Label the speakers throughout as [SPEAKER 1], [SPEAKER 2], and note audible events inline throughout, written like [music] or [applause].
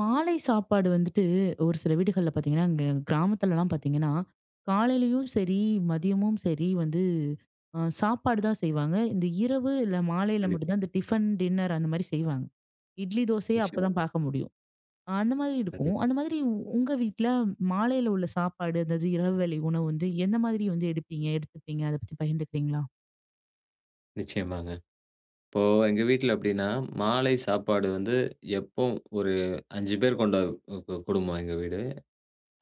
[SPEAKER 1] மாலை சாப்பாடு வந்துட்டு ஒரு சில வீடுகள்ல பாத்தீங்கன்னா, இங்க கிராமத்துலலாம் பாத்தீங்கன்னா, காலையிலயும் சரி, மதியமும் சரி வந்து சாப்பாடு தான் செய்வாங்க. இந்த இரவு இல்ல மாலையில மட்டும்
[SPEAKER 2] கண்டிப்பா.
[SPEAKER 1] தான் இந்த டிஃபன், டின்னர் அந்த மாரி செய்வாங்க. இட்லி, தோசையே அப்பதான்
[SPEAKER 2] நிச்சயமாங்க.
[SPEAKER 1] பார்க்க முடியும். அந்த மாதிரி இருக்கும்.
[SPEAKER 2] கண்டிப்பா.
[SPEAKER 1] அந்த மாதிரி உங்க வீட்ல மாலையில உள்ள சாப்பாடு, அதாவது இரவு வேளை உணவு வந்து எந்த மாதிரி வந்து எடுப்பீங்க? எடுத்துப்பீங்க? அத பத்தி பகிர்ந்துக்கிறீங்களா?
[SPEAKER 2] நிச்சயமாங்க. இப்போ எங்க வீட்ல எப்படின்னா, மாலை சாப்பாடு வந்து எப்பவும் ஒரு 5 பேர் கொண்ட குடும்பம் எங்க வீடு.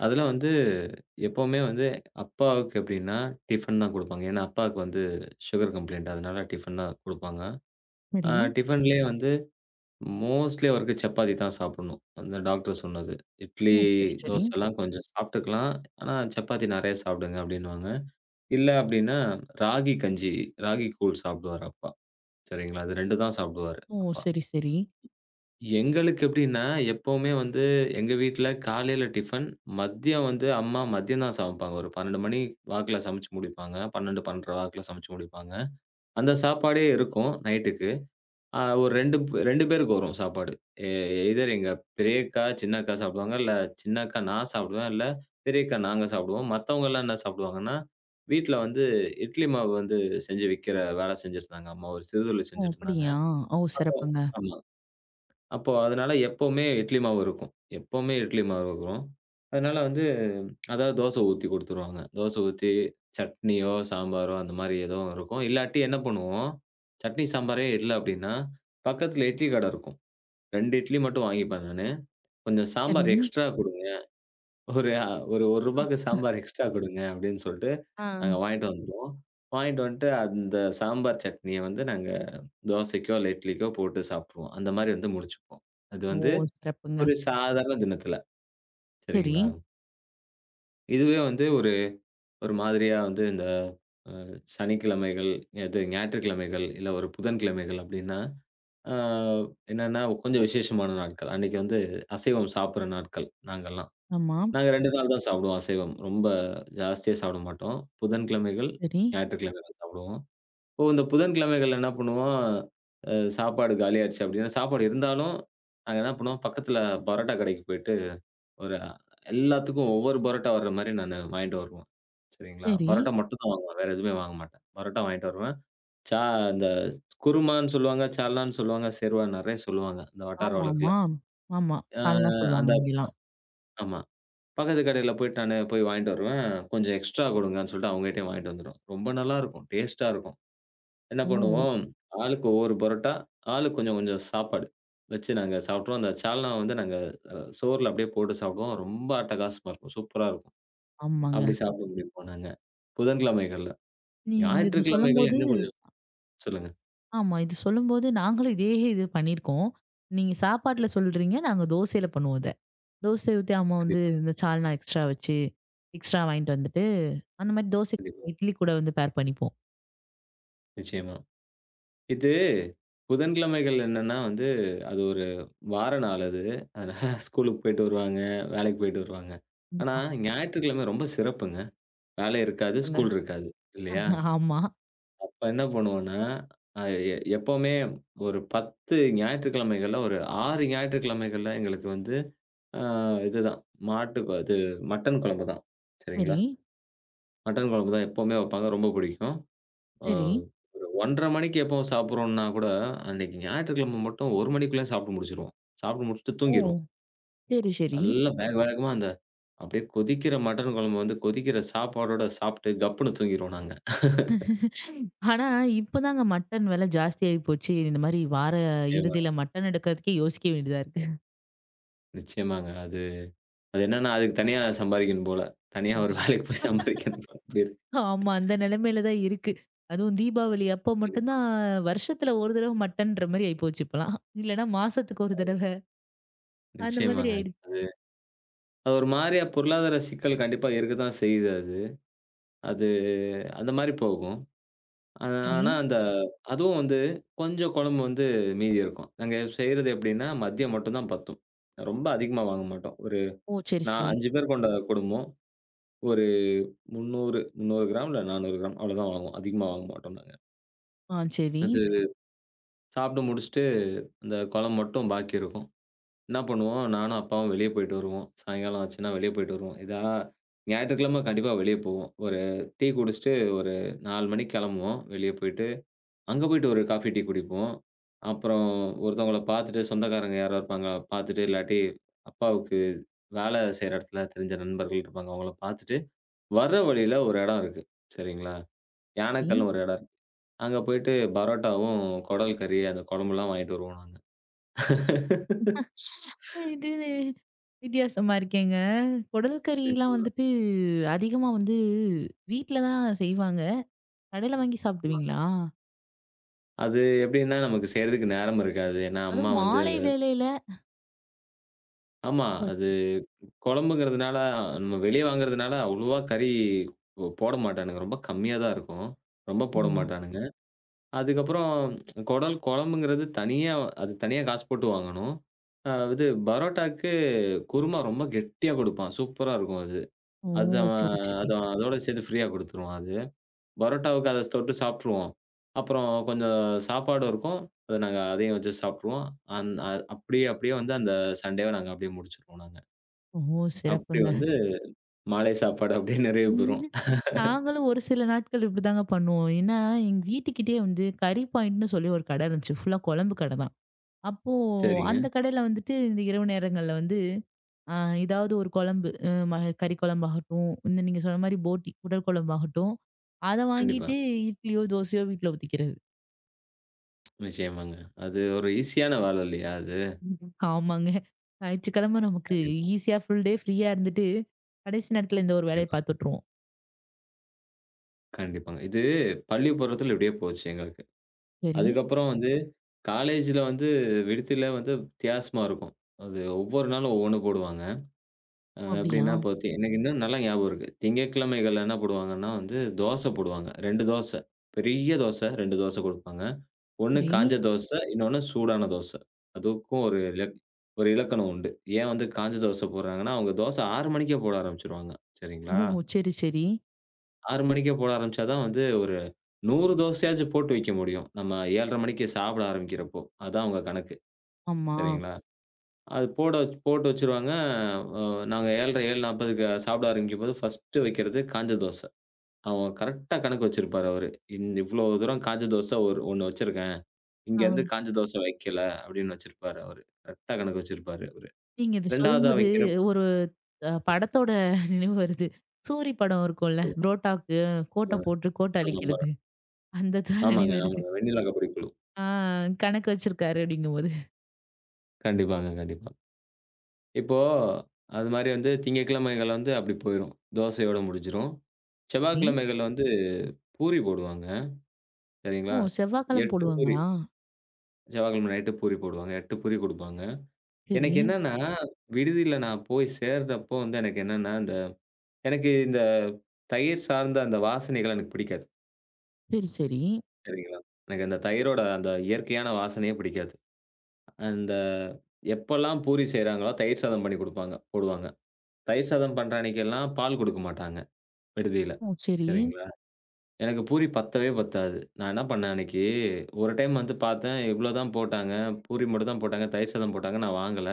[SPEAKER 2] அதுல வந்து எப்பவுமே வந்து அப்பாவுக்கு எப்படின்னா, டிஃபன் தான் குடுப்பாங்க. ஏன்னா அப்பாவுக்கு வந்து சுகர் கம்ப்ளைண்ட். அதனால டிஃபன் தான் குடுப்பாங்க.
[SPEAKER 1] சரி.
[SPEAKER 2] டிஃபன்லயே வந்து மோஸ்ட்லி அவருக்கு சப்பாத்தி தான் சாப்பிடணும். அந்த டாக்டர் சொன்னது. இட்லி,
[SPEAKER 1] ஓ! சரி, சரி.
[SPEAKER 2] தோசைலாம் கொஞ்சம் சாப்பிட்டுக்கலாம். ஆனா சப்பாத்தி நெறைய சாப்பிடுங்க அப்படின்னுவாங்க. இல்ல அப்படின்னா, ராகி கஞ்சி, ராகி கூழ் சாப்பிடுவாரு அப்பா. சரிங்களா. அது 2 தான் சாப்பிடுவாரு
[SPEAKER 1] ஓ!
[SPEAKER 2] அப்பா.
[SPEAKER 1] சரி, சரி.
[SPEAKER 2] எங்களுக்கு எப்படின்னா, எப்பவுமே வந்து எங்க வீட்ல காலையில டிஃபன், மதியம் வந்து அம்மா மதியம் தான் சமைப்பாங்க. ஒரு 12 மணி வாக்குல சமைச்சு முடிப்பாங்க. 12, 12:30 வாக்குல சமைச்சு முடிப்பாங்க. அந்த சாப்பாடே இருக்கும் நைட்டுக்கு. ஒரு 2 பேருக்கு வரும் சாப்பாடு. எ எய்தர் எங்க பெரியக்கா, சின்ன அக்கா சாப்பிடுவாங்க. இல்ல சின்ன அக்கா நான் சாப்பிடுவேன். இல்ல பெரிய அக்கா நாங்க சாப்பிடுவோம். மத்தவங்கலாம் என்ன சாப்பிடுவாங்கன்னா, வீட்ல வந்து இட்லி மாவு வந்து செஞ்சு விக்கிற வேலை செஞ்சுட்டு இருந்தாங்க. அம்மா ஒரு சிறுதொழில்
[SPEAKER 1] ஓ!
[SPEAKER 2] செஞ்சுட்டு இருந்தாங்க.
[SPEAKER 1] அப்படியா? ஓ!
[SPEAKER 2] அப்போ
[SPEAKER 1] சிறப்புங்க.
[SPEAKER 2] ஆமா. அப்போ அதனால எப்பவுமே இட்லி மாவு இருக்கும். எப்பவுமே இட்லி மாவு இருக்கும். அதனால வந்து அதாவது தோசை ஊத்தி குடுத்துருவாங்க. தோசை ஊத்தி சட்னியோ, சாம்பாரோ அந்த மாரி ஏதோ இருக்கும். இல்லாட்டி என்ன பண்ணுவோம், சட்னி, சாம்பாரே இல்ல அப்டின்னா, பக்கத்துல இட்லி கட இருக்கும். 2 இட்லி மட்டும் வாங்கிப்பேன் நானு. "கொஞ்சம்
[SPEAKER 1] சரி.
[SPEAKER 2] சாம்பார் எக்ஸ்ட்ரா குடுங்க. ஒரு அ ஒரு ரூ. 1க்கு சாம்பார் எக்ஸ்ட்ரா குடுங்க" அப்டின்னு சொல்ட்டு
[SPEAKER 1] ஆ.
[SPEAKER 2] நாங்க வாங்கிட்டு வந்துருவோம். வாங்கிட்டு வந்துட்டு அந்த சாம்பார் சட்னிய வந்து நாங்க தோசைக்கோ, இல்ல இட்லிக்கோ போட்டு சாப்ட்ருவோம். அந்த மாரி வந்து முடிச்சுப்போம். அது
[SPEAKER 1] ஓ!
[SPEAKER 2] வந்து
[SPEAKER 1] சிறப்புங்க.
[SPEAKER 2] ஒரு சாதாரண தினத்துல.
[SPEAKER 1] சரி.
[SPEAKER 2] சரிங்களா? இதுவே வந்து ஒரு ஒரு மாதிரியா வந்து இந்த அ சனிக்கிழமைகள், எது ஞாயிற்றுக்கிழமைகள், இல்ல ஒரு புதன்கிழமைகள் அப்டின்னா, அ என்னன்னா கொஞ்சம் விசேஷமான நாட்கள். அன்னைக்கு வந்து அசைவம் சாப்பிடுற நாட்கள் நாங்கலாம்.
[SPEAKER 1] ஆமா.
[SPEAKER 2] நாங்க 2 நாள் தான் சாப்பிடுவோம் அசைவம். ரொம்ப ஜாஸ்தியா சாப்பிட மாட்டோம். புதன்கிழமைகள்,
[SPEAKER 1] சரி,
[SPEAKER 2] ஞாயிற்றுக்கிழமைகள் சாப்பிடுவோம். இப்போ இந்த புதன்கிழமைகள்ல என்ன பண்ணுவோம், சாப்பாடு காலியாயிருச்சு அப்டின்னா, சாப்பாடு இருந்தாலும் நாங்க என்ன பண்ணுவோம், பக்கத்துல பரோட்டா கடைக்கு போயிட்டு ஒரு எல்லாத்துக்கும் ஒவ்வொரு பரோட்டா வர்ற மாரி நானு வாங்கிட்டு வருவேன். சரிங்களா?
[SPEAKER 1] சரி.
[SPEAKER 2] பரோட்டா மட்டும் தான் வாங்குவேன். வேற எதுவுமே வாங்க மாட்டேன். பரோட்டா வாங்கிட்டு வருவேன். சா இந்த குருமான்னு சொல்லுவாங்க, சால்னான்னு சொல்லுவாங்க, சேர்வா நெறைய சொல்லுவாங்க. இந்த வட்டார வழக்குல.
[SPEAKER 1] ஆமாமா. ஆமா.
[SPEAKER 2] அ
[SPEAKER 1] சால்னா
[SPEAKER 2] அந்த
[SPEAKER 1] சொல்லுவாங்க இங்கலாம்.
[SPEAKER 2] ஆமா. பக்கத்து கடையில போயிட்டு நானு போய் வாங்கிட்டு வருவேன். கொஞ்சம் எக்ஸ்ட்ரா கொடுங்கன்னு சொல்லிட்டு அவங்ககிட்டயே வாங்கிட்டு வந்துருவேன். ரொம்ப நல்லாருக்கும். டேஸ்ட்டா இருக்கும். என்ன
[SPEAKER 1] ஓ!
[SPEAKER 2] பண்ணுவோம், ஆளுக்கு ஒவ்வொரு பரோட்டா, ஆளுக்கு கொஞ்சம் கொஞ்சம் சாப்பாடு வச்சு நாங்க சாப்பிட்டுருவோம். அந்த சால்னாவ வந்து நாங்க சோறுல அப்படியே போட்டு சாப்பிடுவோம். ரொம்ப அட்டகாசமா இருக்கும். சூப்பரா இருக்கும்.
[SPEAKER 1] ஆமாங்க.
[SPEAKER 2] அப்படி சாப்பிட முடிப்போம் நாங்க. புதன்கிழமைகள்ல.
[SPEAKER 1] நீங்க இது
[SPEAKER 2] ஞாயிற்றுக்கிழமைகள்
[SPEAKER 1] சொல்லும்போது
[SPEAKER 2] இன்னும் கொஞ்சம் சொல்லுங்க.
[SPEAKER 1] ஆமா. இது சொல்லும்போது நாங்களும் இதே இது பண்ணியிருக்கோம். நீங்க சாப்பாட்ல
[SPEAKER 2] சரிங்க.
[SPEAKER 1] சொல்றீங்க. நாங்க தோசையில பண்ணுவோம் இத. தோசை ஊத்தி அம்மா வந்து
[SPEAKER 2] கண்டிப்பா,
[SPEAKER 1] இந்த சால்னா எக்ஸ்ட்ரா வச்சு, எக்ஸ்ட்ரா வாங்கிட்டு வந்துட்டு, அந்த மாரி தோசை
[SPEAKER 2] கண்டிப்பா.
[SPEAKER 1] இட்லி கூட வந்து பேர் பண்ணிப்போம்.
[SPEAKER 2] நிச்சயமா. இது புதன்கிழமைகள் என்னன்னா வந்து, அது ஒரு வார நாள் அது. அதனால [laughs] ஸ்கூலுக்கு போயிட்டு வருவாங்க, வேலைக்கு போயிட்டு வருவாங்க. ஆனா,
[SPEAKER 1] கண்டிப்பா.
[SPEAKER 2] ஞாயிற்றுக்கிழமை ரொம்ப சிறப்புங்க. வேலை இருக்காது,
[SPEAKER 1] ஆமாங்க.
[SPEAKER 2] ஸ்கூல் இருக்காது. இல்லையா?
[SPEAKER 1] ஆமா.
[SPEAKER 2] அப்ப என்ன பண்ணுவோம்னா, அ எ எப்பவுமே ஒரு 10 ஞாயிற்றுக்கிழமைகள்ல ஒரு 6 ஞாயிற்றுக்கிழமைகள்ல எங்களுக்கு வந்து, அ இதுதான் மாட்டு இது மட்டன் குழம்பு தான்.
[SPEAKER 1] சரி,
[SPEAKER 2] சரிங்களா? மட்டன் குழம்பு தான் எப்பவுமே வைப்பாங்க. ரொம்ப பிடிக்கும். அ
[SPEAKER 1] சரி.
[SPEAKER 2] ஒரு 1:30 மணிக்கு எப்போ சாப்பிடுறோம்னா கூட, அன்னைக்கு ஞாயிற்றுக்கிழமை மட்டும் 1 மணிக்குள்ளே சாப்பிட்டு முடிச்சுருவோம். சாப்பிட்டு முடிச்சுட்டு
[SPEAKER 1] ஓ!
[SPEAKER 2] தூங்கிருவோம்.
[SPEAKER 1] சரி, சரி.
[SPEAKER 2] நல்லா வேக வேகமா அந்த அப்படியே கொதிக்கிற மட்டன் குழம்பு வந்து கொதிக்கிற சாப்பாடோட சாப்பிட்டு கப்புன்னு தூங்கிருவோம் நாங்க.
[SPEAKER 1] ஆனா, இப்பதாங்க மட்டன் விலை ஜாஸ்தியாகி போச்சு. இந்த மாரி வார
[SPEAKER 2] நிச்சயமா,
[SPEAKER 1] இறுதியில மட்டன் எடுக்கிறதுக்கே யோசிக்க வேண்டியதா இருக்கு.
[SPEAKER 2] நிச்சயமாங்க. அது அது என்னன்னா அதுக்கு தனியா சம்பாரிக்கணும் போல. தனியா ஒரு வேலைக்கு போய் சம்பாரிக்கணும் போல. அப்படி இருக்கு.
[SPEAKER 1] ஆமா, அந்த நிலைமையில தான் இருக்கு. அதுவும் தீபாவளி அப்போ மட்டும்
[SPEAKER 2] கண்டிப்பா.
[SPEAKER 1] தான் வருஷத்துல ஒரு தடவ மட்டன்ற மாரி ஆயிப்போச்சு இப்பலாம். இல்லன்னா மாசத்துக்கு ஒரு தடவ அந்த மாதிரி
[SPEAKER 2] நிச்சயமாங்க.
[SPEAKER 1] ஆயிடுச்சு.
[SPEAKER 2] அது அது ஒரு மாரியா பொருளாதார சிக்கல் கண்டிப்பா இருக்கத்தான் செய்யுது அது. அது அந்த மாரி போகும். ஆ
[SPEAKER 1] சரி.
[SPEAKER 2] ஆனா, அந்த அதுவும் வந்து கொஞ்சம் குழம்பு வந்து மீதி இருக்கும். நாங்க செய்றது எப்படின்னா, மதியம் மட்டும் தான் பத்தும். ரொம்ப அதிகமா வாங்க மாட்டோம். ஒரு
[SPEAKER 1] ஓ! சரி,
[SPEAKER 2] நான்
[SPEAKER 1] சரி.
[SPEAKER 2] 5 பேர் கொண்ட குடும்பம். ஒரு 300, 300 கிராம் இல்ல 400 கிராம் அவ்வளோதான் வாங்குவோம். அதிகமா வாங்க மாட்டோம் நாங்க.
[SPEAKER 1] ஆ சரி.
[SPEAKER 2] அது சாப்பிட்டு முடிச்சுட்டு, அந்த குழம்பு மட்டும் பாக்கி இருக்கும். என்ன பண்ணுவோம், நானும் அப்பாவும் வெளிய போயிட்டு வருவோம். சாயங்காலம் ஆச்சுன்னா வெளிய போயிட்டு வருவோம். ஞாயிற்றுக்கிழமை கண்டிப்பா வெளிய போவோம். ஒரு டீ குடிச்சுட்டு ஒரு 4 மணிக்கு கிளம்புவோம் வெளிய போயிட்டு. அங்க போயிட்டு ஒரு காஃபி, டீ குடிப்போம். அப்புறம் ஒருத்தவங்கள பார்த்துட்டு சொந்தக்காரங்க யாரோ இருப்பாங்க. பார்த்துட்டு இல்லாட்டி அப்பாவுக்கு வேலை செய்ற இடத்துல தெரிஞ்ச நண்பர்கள் இருப்பாங்க. அவங்கள பார்த்துட்டு வர்ற வழியில ஒரு இடம் இருக்கு. சரிங்களா?
[SPEAKER 1] ம்.
[SPEAKER 2] யானைக்கல்னு ஒரு இடம் இருக்கு. அங்க போயிட்டு பரோட்டாவும், குடல் கறி அந்த குழம்புலாம் வாங்கிட்டு வருவோம் நாங்க. [laughs]
[SPEAKER 1] இது வித்தியாசமா இருக்கேங்க. குடல் கறிலாம்
[SPEAKER 2] நிச்சயமா.
[SPEAKER 1] வந்துட்டு அதிகமா வந்து வீட்ல தான் செய்வாங்க. கடையில வாங்கி
[SPEAKER 2] ஆமாங்க.
[SPEAKER 1] சாப்பிடுவீங்களா?
[SPEAKER 2] அது எப்படின்னா நமக்கு செய்றதுக்கு நேரம் இருக்காது. ஏன்னா அம்மா
[SPEAKER 1] அதுவும்
[SPEAKER 2] வந்து
[SPEAKER 1] மாலை வேளையில.
[SPEAKER 2] ஆமா. அது குழம்புங்கிறதுனால, நம்ம வெளிய வாங்குறதுனால அவ்வளவா கறி போட மாட்டானுங்க. ரொம்ப கம்மியா தான் இருக்கும். ரொம்ப போட மாட்டானுங்க. அதுக்கப்புறம் குடல் குழம்புங்கிறது தனியா அது தனியா காசு போட்டு வாங்கணும். இது பரோட்டாக்கு குருமா ரொம்ப கெட்டியா குடுப்பான். சூப்பரா இருக்கும் அது.
[SPEAKER 1] ஓ!
[SPEAKER 2] அது அவன்
[SPEAKER 1] சரி, சரி.
[SPEAKER 2] அது அதோட சேர்த்து ஃப்ரீயா குடுத்துருவான் அது. பரோட்டாவுக்கு அத தொட்டு சாப்ட்டுருவோம். அப்புறம் கொஞ்சம் சாப்பாடும் இருக்கும். அத நாங்க அதையும் வச்சு சாப்ட்டுருவோம். அந் அ அப்படியே அப்படியே வந்து அந்த சண்டேவ நாங்க அப்படியே முடிச்சுருவோம் நாங்க.
[SPEAKER 1] ஓஹோ!
[SPEAKER 2] அப்படி
[SPEAKER 1] சிறப்புங்க.
[SPEAKER 2] வந்து மாலை சாப்பாடு அப்படியே நிறைவு
[SPEAKER 1] ம்.
[SPEAKER 2] பெறும்.
[SPEAKER 1] நாங்களும் ஒரு சில நாட்கள் இப்படிதாங்க பண்ணுவோம். ஏன்னா, எங்க வீட்டுக்கிட்டயே வந்து கறி பாயிண்ட்ன்னு சொல்லி ஒரு கடை இருந்துச்சு. ஃபுல்லா குழம்பு கடை தான். அப்போ
[SPEAKER 2] சரிங்க.
[SPEAKER 1] அந்த கடையில வந்துட்டு இந்த இரவு நேரங்கள்ல வந்து அ ஏதாவது ஒரு குழம்பு அ ம கறி குழம்பாகட்டும், இந்த நீங்க சொன்ன மாரி போட்டி, குடல் குழம்பாகட்டும், அத
[SPEAKER 2] கண்டிப்பா.
[SPEAKER 1] வாங்கிட்டு இட்லியோ, தோசையோ வீட்ல ஊத்திக்கிறது.
[SPEAKER 2] நிச்சயமாங்க. அது ஒரு ஈஸியான வேலை இல்லையா அது?
[SPEAKER 1] ஆமாங்க. ஞாயிற்றுக்கிழமை நமக்கு
[SPEAKER 2] கண்டிப்பா,
[SPEAKER 1] ஈஸியா ஃபுல் டே ஃப்ரீயா இருந்துட்டு, கடைசி நேரத்துல இந்த ஒரு வேலைய
[SPEAKER 2] கண்டிப்பா,
[SPEAKER 1] பார்த்துட்டுருவோம்.
[SPEAKER 2] கண்டிப்பாங்க. இது பள்ளி பருவத்துல இப்படியே போச்சு எங்களுக்கு.
[SPEAKER 1] சரி.
[SPEAKER 2] அதுக்கப்புறம் வந்து காலேஜ்ல வந்து விடுதியில வந்து வித்தியாசமா இருக்கும். அது ஒவ்வொரு நாளும் ஒவ்வொண்ணு போடுவாங்க.
[SPEAKER 1] ஓ! அப்படியா?
[SPEAKER 2] எப்படின்னா, இப்போ எனக்கு இன்னும் நல்லா ஞாபகம் இருக்கு. திங்கட்கிழமைகள்ல என்ன போடுவாங்கன்னா வந்து, தோசை போடுவாங்க. 2 தோசை. பெரிய தோசை 2 தோசை குடுப்பாங்க. ஒண்ணு
[SPEAKER 1] சரி.
[SPEAKER 2] காஞ்ச தோசை, இன்னொன்னு சூடான தோசை. அதுக்கும் ஒரு இலக்கணம் உண்டு. ஏன் வந்து காஞ்ச தோசை போடுறாங்கன்னா, அவங்க தோசை 6 மணிக்கே போட ஆரம்பிச்சுருவாங்க. சரிங்களா?
[SPEAKER 1] ஓ! சரி, சரி.
[SPEAKER 2] 6 மணிக்கே போட ஆரம்பிச்சா தான் வந்து ஒரு 100 தோசையாச்சும் போட்டு வைக்க முடியும். நம்ம 7:30 மணிக்கு சாப்பிட ஆரம்பிக்கிறப்போ. அதான் அவங்க கணக்கு.
[SPEAKER 1] ஆமா.
[SPEAKER 2] சரிங்களா? அது போட்டு வச்சுருவாங்க. அ நாங்க 7:30 7:40க்கு சாப்பிட ஆரம்பிக்கும்போது, ஃபர்ஸ்ட்டு வைக்கிறது காஞ்ச தோசை. அவன் கரெக்ட்டா கணக்கு வச்சிருப்பாரு அவரு. இந்த இவ்ளோ தூரம் காஞ்ச தோசை ஒரு ஒண்ணு வச்சிருக்கேன்.
[SPEAKER 1] ஆ.
[SPEAKER 2] இங்கருந்து காஞ்ச தோசை வைக்கல அப்படின்னு வச்சிருப்பாரு அவரு. கரெக்ட்டா கணக்கு வச்சிருப்பாரு அவரு.
[SPEAKER 1] நீங்க இத
[SPEAKER 2] 2வதா ம்.
[SPEAKER 1] சொல்லும்போது
[SPEAKER 2] வைக்கிற
[SPEAKER 1] ஒரு படத்தோட [laughs] நினைவு வருது. சூரி படம் இருக்கும்ல.
[SPEAKER 2] [unintelligible]
[SPEAKER 1] புரோட்டாக்கு கோட்ட போட்டு கோட்ட
[SPEAKER 2] ஆமாங்க,
[SPEAKER 1] அழிக்கிறது. அந்த தான் [laughs]
[SPEAKER 2] ஆமாங்க,
[SPEAKER 1] நினைவு வருது.
[SPEAKER 2] ஆமாங்க. வெண்ணிலா கபடிக்குழு.
[SPEAKER 1] ஆ கணக்கு வச்சிருக்காரு அப்படிங்கும்போது.
[SPEAKER 2] கண்டிப்பாங்க, கண்டிப்பா. இப்போ அது மாரி வந்து திங்கட்கிழமைகள் வந்து அப்படி போயிரும். தோசையோட முடிஞ்சிரும்.
[SPEAKER 1] சரி.
[SPEAKER 2] செவ்வாய்க்கிழமைகள்ல வந்து பூரி போடுவாங்க.
[SPEAKER 1] ஓ!
[SPEAKER 2] சரிங்களா?
[SPEAKER 1] செவ்வாய்க்கிழம
[SPEAKER 2] 8 பூரி.
[SPEAKER 1] போடுவாங்களா?
[SPEAKER 2] செவ்வாய்க்கிழமை நைட்டு பூரி போடுவாங்க. 8 பூரி குடுப்பாங்க.
[SPEAKER 1] சரி,
[SPEAKER 2] எனக்கு என்னன்னா, ம். விடுதியில நான் போய் சேர்ந்தப்போ வந்து எனக்கு என்னன்னா, இந்த எனக்கு இந்த தயிர் சார்ந்த அந்த வாசனைகள் எனக்கு பிடிக்காது.
[SPEAKER 1] சரி, சரி.
[SPEAKER 2] சரிங்களா? எனக்கு அந்த தயிரோட அந்த இயற்கையான வாசனையே பிடிக்காது. அந்த எப்பல்லாம் பூரி செய்றாங்களோ, தயிர் சாதம் பண்ணி குடுப்பாங்க போடுவாங்க. தயிர் சாதம் பண்ற அன்னைக்கெல்லாம் பால் குடுக்க மாட்டாங்க, விடுதியில.
[SPEAKER 1] ஓ! சரி,
[SPEAKER 2] சரிங்களா? எனக்கு பூரி பத்தவே பத்தாது. நான் என்ன பண்ணேன் அன்னைக்கு, ஒரு டைம் வந்து பார்த்தேன், இவ்ளோ தான் போட்டாங்க. பூரி மட்டும் தான் போட்டாங்க. தயிர் சாதம் போட்டாங்க. நான் வாங்கல.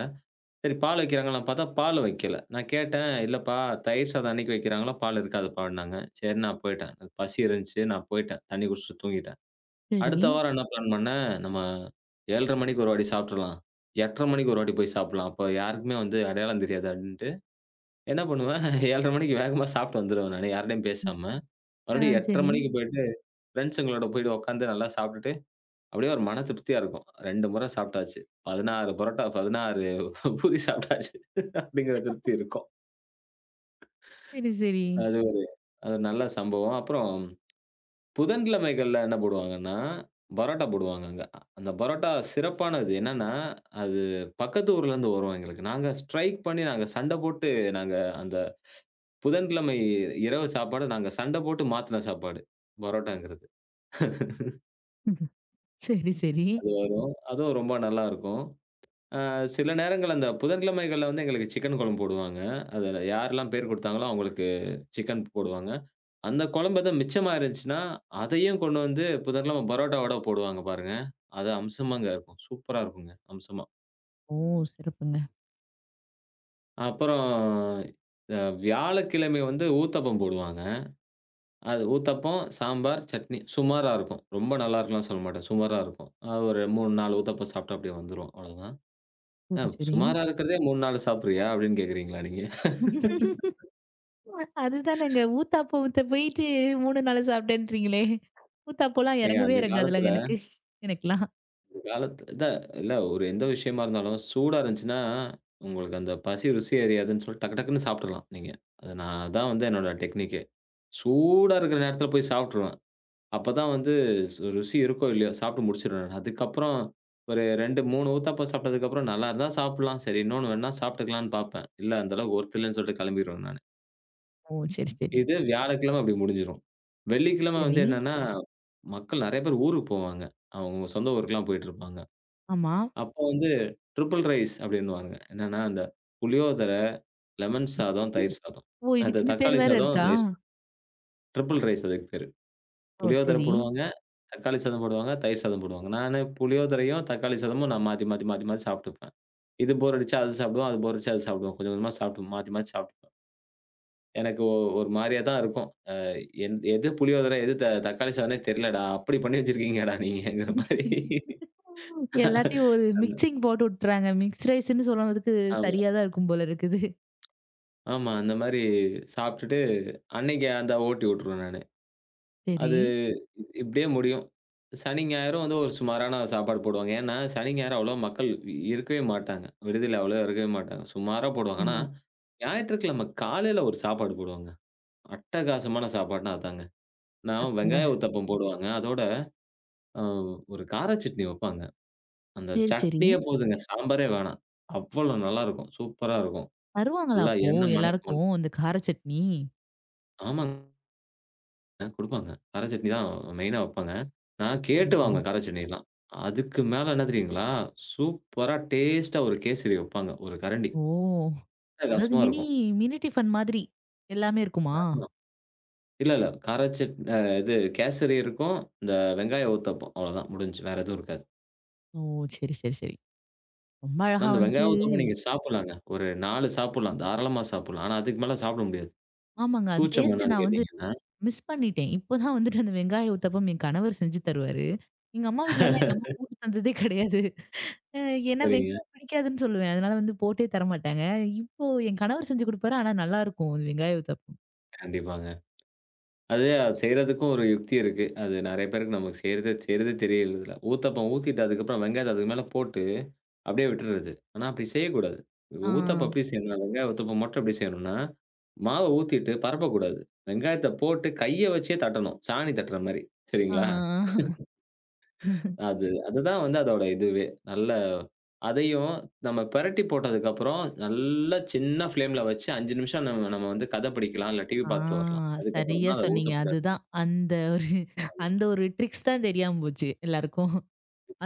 [SPEAKER 2] சரி பால் வைக்கிறாங்களான்னு பார்த்தா, பால் வைக்கல. நான் கேட்டேன், "இல்லப்பா தயிர் சாதம் அன்னைக்கு வைக்கிறாங்களா, பால் இருக்காதுப்பான்னாங்க." சரின்னு நான் போயிட்டேன். எனக்கு பசி இருந்துச்சு, நான் போயிட்டேன். தண்ணி குடிச்சுட்டு தூங்கிட்டேன்.
[SPEAKER 1] சரி.
[SPEAKER 2] அடுத்த வாரம் என்ன பிளான் பண்ணேன், நம்ம 7:30 மணிக்கு ஒரு வாட்டி சாப்ட்டுறலாம். 8:30 மணிக்கு ஒரு வாட்டி போய் சாப்பிடலாம். அப்ப யாருக்குமே வந்து அடையாளம் தெரியாது அப்டின்ட்டு, என்ன பண்ணுவேன் [laughs] 7:30 மணிக்கு வேகமா சாப்ட்டு வந்துருவேன் நானு, யார்ட்டயும்
[SPEAKER 1] ம்.
[SPEAKER 2] பேசாம.
[SPEAKER 1] ஆ
[SPEAKER 2] மறுபடியும் 8:30
[SPEAKER 1] சரி,
[SPEAKER 2] மணிக்கு போயிட்டு, ஃபிரெண்ட்ஸுங்களோட போயிட்டு உட்காந்து நல்லா சாப்ட்டுட்டு அப்படியே ஒரு மன திருப்தியா இருக்கும். 2 முறை சாப்பிட்டாச்சு. 16 பரோட்டா, 16 பூரி சாப்பிட்டாச்சு அப்படிங்கிற திருப்தி இருக்கும்.
[SPEAKER 1] சரி, சரி.
[SPEAKER 2] அது அது ஒரு நல்ல சம்பவம். அப்புறம் புதன்கிழமைகள்ல என்ன போடுவாங்கன்னா, பரோட்டா போடுவாங்க அங்க. அந்த பரோட்டா சிறப்பானது என்னன்னா, அது பக்கத்து ஊர்லேருந்து வரும் எங்களுக்கு. நாங்க ஸ்ட்ரைக் பண்ணி நாங்க சண்ட போட்டு நாங்க அந்த புதன்கிழமை இரவு சாப்பாடு நாங்க சண்ட போட்டு மாத்துன சாப்பாடு. பரோட்டாங்கிறது.
[SPEAKER 1] [laughs] சரி, சரி.
[SPEAKER 2] அது வரும். அதுவும் ரொம்ப நல்லாருக்கும். அ சில நேரங்கள்ல அந்த புதன்கிழமைகள்ல வந்து எங்களுக்கு சிக்கன் குழம்பு போடுவாங்க. அதுல யாரெல்லாம் பேர் குடுத்தாங்களோ அவங்களுக்கு சிக்கன் போடுவாங்க. அந்த குழம்பு எதும் மிச்சமா இருந்துச்சுன்னா, அதையும் கொண்டு வந்து புதன்கிழமை பரோட்டாவோட போடுவாங்க பாருங்க. அது அம்சமாங்க இருக்கும். சூப்பரா இருக்குங்க அம்சமா.
[SPEAKER 1] ஓ! சிறப்புங்க.
[SPEAKER 2] அப்புறம் வியாழக்கிழமை வந்து ஊத்தப்பம் போடுவாங்க. அது ஊத்தப்பம், சாம்பார், சட்னி சுமாரா இருக்கும். ரொம்ப நல்லா இருக்கும்லாம் சொல்ல மாட்டேன். சுமாரா இருக்கும். ஒரு 3, 4 ஊத்தப்பம் சாப்பிட்டு அப்படியே வந்துருவோம் அவ்வளவுதான். அ
[SPEAKER 1] சரி, சரி.
[SPEAKER 2] சுமாரா இருக்கிறதே 3, 4 சாப்பிடுறியா? அப்படின்னு கேட்கிறீங்களா நீங்க?
[SPEAKER 1] [laughs] அதுதானங்க. ஊத்தாப்பத்த போயிட்டு 3 நாளு சாப்பிட்டேன்றீங்களே! ஊத்தாப்போலாம்
[SPEAKER 2] ஏங்க
[SPEAKER 1] இறங்கவே
[SPEAKER 2] அந்த காலத்துல
[SPEAKER 1] இறங்காதுலங்க எனக்கு. எனக்கெல்லாம்.
[SPEAKER 2] காலத்து இதான் இல்ல ஒரு எந்த விஷயமா இருந்தாலும் சூடா இருந்துச்சுன்னா, உங்களுக்கு அந்த பசி ருசி அறியாதுன்னு சொல்லி டக்கு டக்குன்னு சாப்பிட்டுறலாம் நீங்க. அது நான் அதான் வந்து என்னோட டெக்னிக்கே. சூடா இருக்கிற நேரத்துல போய் சாப்பிட்டுருவேன். அப்பதான் வந்து ருசி இருக்கோ இல்லையோ சாப்பிட்டு முடிச்சுருவேன். அதுக்கப்புறம் ஒரு 2, 3 ஊத்தாப்பம் சாப்பிட்டதுக்கப்புறம் நல்லா இருந்தா சாப்பிடலாம். சரி இன்னொன்னு வேணா சாப்பிட்டுக்கலான்னு பார்ப்பேன். இல்ல அந்த அளவுக்கு ஒர்த் இல்லன்னு சொல்லிட்டு கிளம்பிருவேன் நானு.
[SPEAKER 1] ஓ! சரி, சரி.
[SPEAKER 2] இது வியாழக்கிழமை அப்படி முடிஞ்சிரும். வெள்ளிக்கிழமை வந்து
[SPEAKER 1] சரி.
[SPEAKER 2] என்னன்னா, மக்கள் நெறைய பேர் ஊருக்கு போவாங்க. அவங்க சொந்த ஊருக்குலாம் போயிட்டு இருப்பாங்க.
[SPEAKER 1] ஆமா.
[SPEAKER 2] அப்போ வந்து ட்ரிபிள் ரைஸ் அப்படின்னுவாங்க. என்னன்னா, அந்த புளியோதரை, லெமன் சாதம், தயிர் சாதம்.
[SPEAKER 1] ஓ!
[SPEAKER 2] அது
[SPEAKER 1] இதுக்கு இந்த
[SPEAKER 2] தக்காளி
[SPEAKER 1] பேர் வேற
[SPEAKER 2] சாதம்,
[SPEAKER 1] இருக்கா?
[SPEAKER 2] தயிர் சாதம். ட்ரிபிள் ரைஸ் அதுக்கு பேரு.
[SPEAKER 1] ஓ!
[SPEAKER 2] புளியோதரை
[SPEAKER 1] சரி.
[SPEAKER 2] போடுவாங்க, தக்காளி சாதம் போடுவாங்க, தயிர் சாதம் போடுவாங்க. நானு புளியோதரையும், தக்காளி சாதமும் நான் மாத்தி, மாத்தி, மாத்தி, மாத்தி சாப்பிட்டுப்பேன். இது போர் அடிச்சா அது சாப்பிடுவேன், அது போர் அடிச்சா அது சாப்பிடுவேன். கொஞ்சம் கொஞ்சமா சாப்பிட்டு மாத்தி, மாத்தி சாப்பிட்டுப்பேன். எனக்கு ஒரு மாரியா தான் இருக்கும். அ எந் எது புளியோதரை, எது த தக்காளி சாதம்னே தெரியலடா. அப்படி பண்ணி வச்சிருக்கீங்கடா நீங்கங்கிற மாரி.
[SPEAKER 1] எல்லாத்தையும் ஒரு
[SPEAKER 2] அந்த
[SPEAKER 1] மிக்சிங் போட்டு விட்டுறாங்க. மிக்ஸ் ரைஸ்ன்னு சொல்றதுக்கு
[SPEAKER 2] ஆமா.
[SPEAKER 1] சரியா தான் இருக்கும் போல இருக்குது.
[SPEAKER 2] ஆமா. அந்த மாரி சாப்பிட்டுட்டு அன்னைக்கு அந்த ஓட்டி விட்டுருவேன் நானு.
[SPEAKER 1] சரி.
[SPEAKER 2] அது இப்படியே முடியும். சனி, ஞாயிறும் வந்து ஒரு சுமாரான சாப்பாடு போடுவாங்க. ஏன்னா, சனி, ஞாயிறு அவ்வளவா மக்கள் இருக்கவே மாட்டாங்க. விடுதியில அவ்வளவா இருக்கவே மாட்டாங்க. சுமாரா போடுவாங்க. ஆனா,
[SPEAKER 1] ஆமா.
[SPEAKER 2] ஞாயிற்றுக்கிழமை காலையில ஒரு சாப்பாடு போடுவாங்க. அட்டகாசமான சாப்பாடுனா அதாங்க. நான்
[SPEAKER 1] சிறப்புங்க.
[SPEAKER 2] வெங்காய ஊத்தப்பம் போடுவாங்க. அதோட அ ஒரு கார சட்னி வைப்பாங்க. அந்த
[SPEAKER 1] சரி, சரி.
[SPEAKER 2] சட்னியே போதுங்க. சாம்பாரே வேணாம். அவ்வளோ நல்லாருக்கும். சூப்பரா இருக்கும்.
[SPEAKER 1] தருவாங்களா
[SPEAKER 2] ஃபுல்லா
[SPEAKER 1] அப்போ
[SPEAKER 2] எண்ணெய் மணக்க
[SPEAKER 1] எல்லாருக்கும்
[SPEAKER 2] மணக்க
[SPEAKER 1] அந்த கார சட்னி?
[SPEAKER 2] ஆமாங்க. குடுப்பாங்க. கார சட்னி தான் மெயினா வப்பாங்க. நான்
[SPEAKER 1] சரி,
[SPEAKER 2] கேட்டு
[SPEAKER 1] சரி.
[SPEAKER 2] வாங்குவேன் கார சட்னிலாம். அதுக்கு மேல என்ன தெரியுங்களா? சூப்பரா டேஸ்ட்டா ஒரு கேசரி வப்பாங்க. ஒரு கரண்டி.
[SPEAKER 1] ஓ! அதாவது
[SPEAKER 2] அட்டகாசமா
[SPEAKER 1] மினி
[SPEAKER 2] இருக்கும்.
[SPEAKER 1] மினி டிஃபன் மாதிரி எல்லாமே இருக்குமா?
[SPEAKER 2] ஆமா. இல்ல, இல்ல. கார சட் அ இது கேசரி இருக்கும். இந்த வெங்காய ஊத்தப்பம் அவ்வளோதான் முடிஞ்சுச்சு. வேற எதுவும் இருக்காது.
[SPEAKER 1] ஓ! சரி, சரி, சரி. ரொம்ப
[SPEAKER 2] ஆனா
[SPEAKER 1] அழகா
[SPEAKER 2] அந்த
[SPEAKER 1] வந்துட்டு
[SPEAKER 2] வெங்காய ஊத்தப்பம் நீங்க சாப்பிடலாங்க. ஒரு 4 சாப்பிடலாம். தாராளமா சாப்பிடலாம். ஆனா அதுக்கு மேல சாப்பிட முடியாது.
[SPEAKER 1] ஆமாங்க. அது
[SPEAKER 2] சூச்சம்
[SPEAKER 1] டேஸ்ட்
[SPEAKER 2] என்னான்னு
[SPEAKER 1] நான் வந்து
[SPEAKER 2] கேட்டீங்கன்னா
[SPEAKER 1] மிஸ் பண்ணிட்டேன். இப்பதான் வந்துட்டு அந்த வெங்காய ஊத்தப்பம் என் கணவர் செஞ்சு தருவாரு. எங்க அம்மா வீட்லலாம் எங்க அம்மா போட்டு தந்ததே கிடையாது. அ ஏன்னா
[SPEAKER 2] சரிங்க.
[SPEAKER 1] வெங்காயம் பிடிக்காதுன்னு சொல்லுவேன். அதனால வந்து போட்டே தரமாட்டாங்க. இப்போ என் கணவர் செஞ்சு கொடுப்பாரு. ஆனா நல்லாருக்கும் அது வெங்காய ஊத்தப்பம்.
[SPEAKER 2] கண்டிப்பாங்க. அது செய்றதுக்கும் ஒரு யுக்தி இருக்கு. அது நெறைய பேருக்கு நமக்கு செய்றதே செய்றதே தெரியறதில்ல. ஊத்தப்பம் ஊத்திட்டு அதுக்கப்புறம் வெங்காயத்த அதுக்கு மேல போட்டு அப்படியே விட்டுறது. ஆனா அப்படி செய்யக்கூடாது.
[SPEAKER 1] ஆ.
[SPEAKER 2] ஊத்தப்பம் எப்படி செய்யணும்னா, வெங்காய ஊத்தப்பம் மட்டும் எப்படி செய்யணும்னா, மாவ ஊத்திட்டு பரப்பக்கூடாது. வெங்காயத்த போட்டு கைய வச்சே தட்டணும். சாணி தட்டுற மாரி. சரிங்களா?
[SPEAKER 1] ஆ.
[SPEAKER 2] அது அதுதான் வந்து அதோட இதுவே. நல்ல அதையும் நம்ம பெரட்டி போட்டதுக்கப்புறம் நல்லா சின்ன ஃப்ளேம்ல வச்சு 5 நிமிஷம் நம்ம நம்ம வந்து கத படிக்கலாம், இல்ல டிவி
[SPEAKER 1] ஆ
[SPEAKER 2] பார்த்துட்டு வரலாம். அதுக்கப்புறம்
[SPEAKER 1] சரியா
[SPEAKER 2] தான் அத
[SPEAKER 1] சொன்னீங்க.
[SPEAKER 2] ஊத்தப்பத்த
[SPEAKER 1] அதுதான். அந்த ஒரு அந்த ஒரு ட்ரிக்ஸ் தான் தெரியாம போச்சு எல்லாருக்கும்.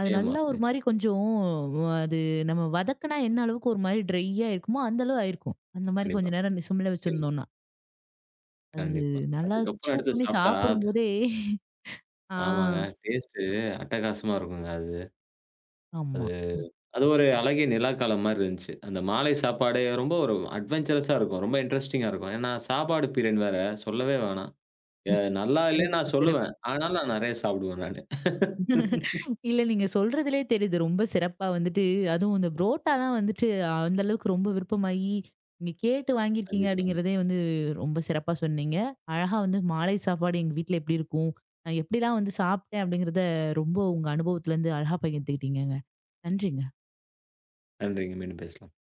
[SPEAKER 1] அது நல்லா ஒரு மாரி
[SPEAKER 2] நிச்சயமா.
[SPEAKER 1] கொஞ்சம் அது நம்ம வதக்குனா என்ன அளவுக்கு ஒரு மாரி ட்ரையா இருக்குமோ, அந்த அளவு ஆயிருக்கும். அந்த மாரி
[SPEAKER 2] கண்டிப்பா.
[SPEAKER 1] கொஞ்ச நேரம் சிம்ல
[SPEAKER 2] கண்டிப்பா.
[SPEAKER 1] வச்சிருந்தோம்னா. அது
[SPEAKER 2] கண்டிப்பா.
[SPEAKER 1] நல்லா
[SPEAKER 2] அதுக்கப்புறம்
[SPEAKER 1] ச்சூ
[SPEAKER 2] எடுத்து
[SPEAKER 1] பண்ணி
[SPEAKER 2] சாப்பிட்டா அது
[SPEAKER 1] சாப்பிடும்போதே ஆ.
[SPEAKER 2] ஆமாங்க. டேஸ்ட்டு அட்டகாசமா இருக்குங்க அது. அது
[SPEAKER 1] ஆமா.
[SPEAKER 2] அது ஒரு அழகிய நிலாக்காலம் மாரி இருந்துச்சு. அந்த மாலை சாப்பாடே ரொம்ப ஒரு அட்வென்ச்சரஸா இருக்கும். ரொம்ப இன்ட்ரஸ்டிங்கா இருக்கும். ஏன்னா, சாப்பாடு பீரியட் வேற சொல்லவே வேணாம்.
[SPEAKER 1] [laughs]
[SPEAKER 2] நல்லா இல்லன்னு
[SPEAKER 1] சிறப்பு,
[SPEAKER 2] நான் சொல்லுவேன்.
[SPEAKER 1] சிறப்பு.
[SPEAKER 2] ஆனாலும் நான் நெறைய சாப்பிடுவேன் நானு. [laughs]
[SPEAKER 1] இல்ல நீங்க சொல்றதிலேயே தெரியுது. ரொம்ப சிறப்பா வந்துட்டு அதுவும் இந்த புரோட்டாலாம் வந்துட்டு அந்த அளவுக்கு ரொம்ப விருப்பமாகி, நீங்க கேட்டு வாங்கியிருக்கீங்க
[SPEAKER 2] கண்டிப்பாங்க.
[SPEAKER 1] அப்படிங்கிறதே வந்து ரொம்ப சிறப்பா சொன்னீங்க. அழகா வந்து மாலை சாப்பாடு எங்க வீட்ல எப்படி இருக்கும்? நான் எப்படிலாம் வந்து சாப்பிட்டேன் அப்படிங்கிறத ரொம்ப உங்க அனுபவத்துலருந்து அழகா பகிர்ந்துக்கிட்டீங்கங்க. நன்றிங்க.
[SPEAKER 2] நன்றிங்க. மீண்டும் பேசலாம்.